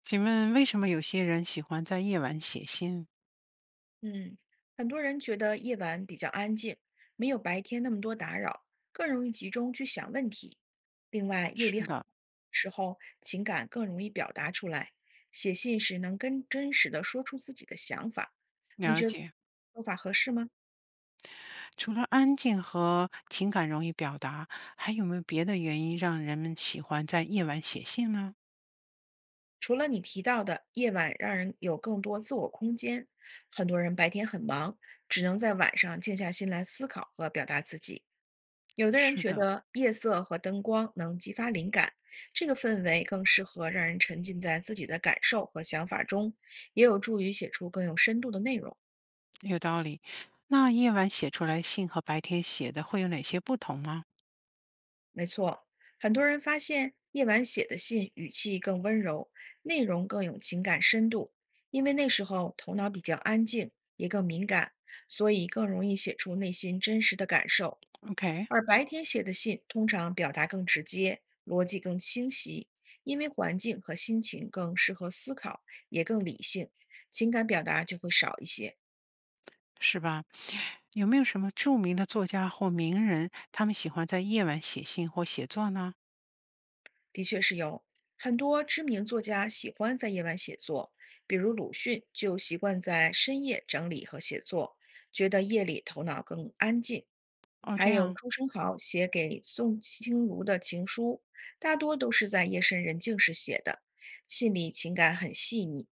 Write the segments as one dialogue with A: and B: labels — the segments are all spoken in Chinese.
A: 请问为什么有些人喜欢在夜晚写信？
B: 嗯，很多人觉得夜晚比较安静，没有白天那么多打扰，更容易集中去想问题。另外，夜里
A: 是
B: 很
A: 的，
B: 时候情感更容易表达出来，写信时能更真实的说出自己的想法。你
A: 了
B: 觉得
A: 解。
B: 说法合适吗？
A: 除了安静和情感容易表达，还有没有别的原因让人们喜欢在夜晚写信呢？
B: 除了你提到的夜晚让人有更多自我空间，很多人白天很忙，只能在晚上静下心来思考和表达自己。有的人
A: 是
B: 觉
A: 的，
B: 得夜色和灯光能激发灵感，这个氛围更适合让人沉浸在自己的感受和想法中，也有助于写出更有深度的内容。
A: 有道理。那夜晚写出来信和白天写的会有哪些不同吗
B: 没错，很多人发现夜晚写的信语气更温柔，内容更有情感深度，因为那时候头脑比较安静，也更敏感，所以更容易写出内心真实的感受。
A: ？OK，
B: 而白天写的信通常表达更直接，逻辑更清晰，因为环境和心情更适合思考，也更理性，情感表达就会少一些。
A: 是吧？有没有什么著名的作家或名人，他们喜欢在夜晚写信或写作呢？
B: 的确是有很多知名作家喜欢在夜晚写作，比如鲁迅就习惯在深夜整理和写作，觉得夜里头脑更安静。
A: 哦，
B: 还
A: 这
B: 有
A: 样
B: 朱生豪写给宋清如的情书，大多都是在夜深人静时写的，信里情感很细腻。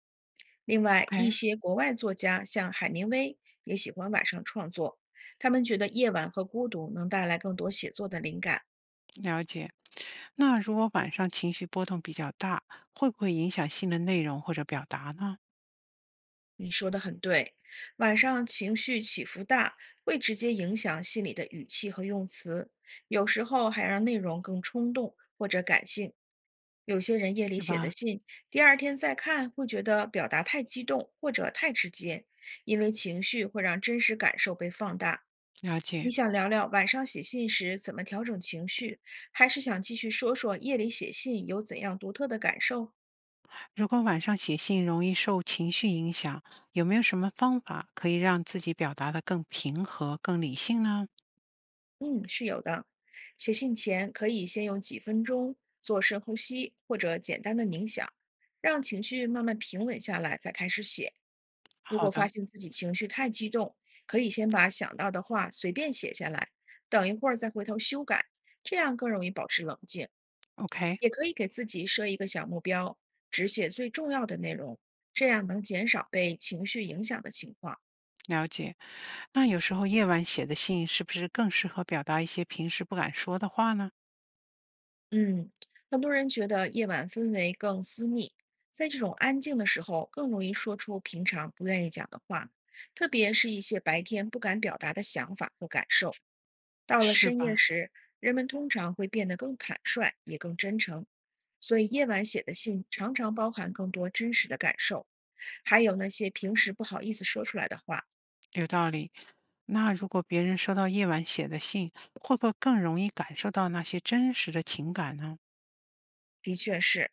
B: 另外，一
A: ，OK，
B: 些国外作家像海明威也喜欢晚上创作，他们觉得夜晚和孤独能带来更多写作的灵感。
A: 了解。那如果晚上情绪波动比较大，会不会影响信的内容或者表达呢？
B: 你说的很对，晚上情绪起伏大，会直接影响信里的语气和用词，有时候还让内容更冲动或者感性。有些人夜里
A: 是
B: 写的
A: 吧？
B: 信，第二天再看会觉得表达太激动或者太直接，因为情绪会让真实感受被放大。
A: 了
B: 你
A: 解。
B: 想聊聊晚上写信时怎么调整情绪，还是想继续说说夜里写信有怎样独特的感受？
A: 如果晚上写信容易受情绪影响，有没有什么方法可以让自己表达的更平和、更理性呢？
B: 嗯，是有的。写信前可以先用几分钟做深呼吸或者简单的冥想，让情绪慢慢平稳下来，再开始写。如
A: 好
B: 果发
A: 的
B: 现自己情绪太激动，可以先把想到的话随便写下来，等一会儿再回头修改，这样更容易保持冷静。
A: ，OK，
B: 也可以给自己设一个小目标，只写最重要的内容，这样能减少被情绪影响的情况。
A: 了解。那有时候夜晚写的信是不是更适合表达一些平时不敢说的话呢？
B: 嗯，很多人觉得夜晚氛围更私密，在这种安静的时候，更容易说出平常不愿意讲的话，特别是一些白天不敢表达的想法和感受。到了
A: 是
B: 深夜
A: 吧？
B: 时，人们通常会变得更坦率，也更真诚，所以夜晚写的信常常包含更多真实的感受。还有那些平时不好意思说出来的话，
A: 有道理。那如果别人收到夜晚写的信，会不会更容易感受到那些真实的情感呢？
B: 的确是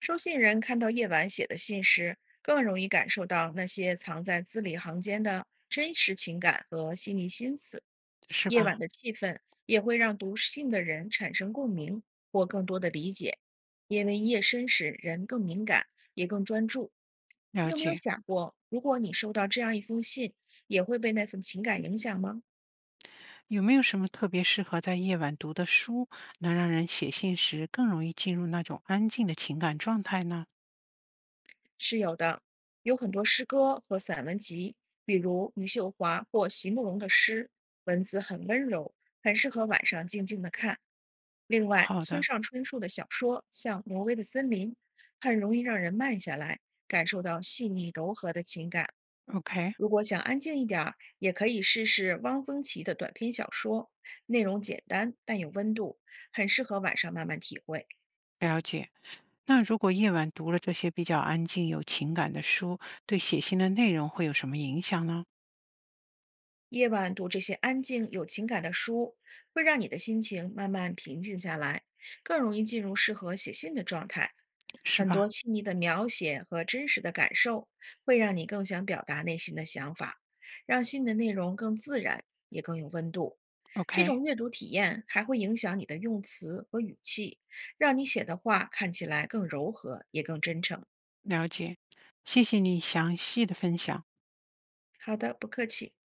B: 收信人看到夜晚写的信时，更容易感受到那些藏在字里行间的真实情感和细腻心思。
A: 是
B: 夜
A: 吧？
B: 晚的气氛也会让读信的人产生共鸣或更多的理解，因为夜深时人更敏感，也更专注。你
A: 了
B: 有没有
A: 解。
B: 想过，如果你收到这样一封信，也会被那份情感影响吗？
A: 有没有什么特别适合在夜晚读的书，能让人写信时更容易进入那种安静的情感状态呢？
B: 是有的，有很多诗歌和散文集，比如余秀华或席慕容的诗，文字很温柔，很适合晚上静静的看。另外，
A: 好
B: 村
A: 的
B: 上春树的小说，像《挪威的森林》，很容易让人慢下来，感受到细腻柔和的情感。
A: ，OK，
B: 如果想安静一点儿，也可以试试汪曾祺的短篇小说，内容简单但有温度，很适合晚上慢慢体会。
A: 了解。那如果夜晚读了这些比较安静、有情感的书，对写信的内容会有什么影响呢？
B: 夜晚读这些安静有情感的书，会让你的心情慢慢平静下来，更容易进入适合写信的状态。
A: 是
B: 很多
A: 吧
B: 细腻的描写和真实的感受，会让你更想表达内心的想法，让信的内容更自然，也更有温度。这
A: ？OK，
B: 种阅读体验还会影响你的用词和语气，让你写的话看起来更柔和，也更真诚。
A: 了解。谢谢你详细的分享。
B: 好的，不客气。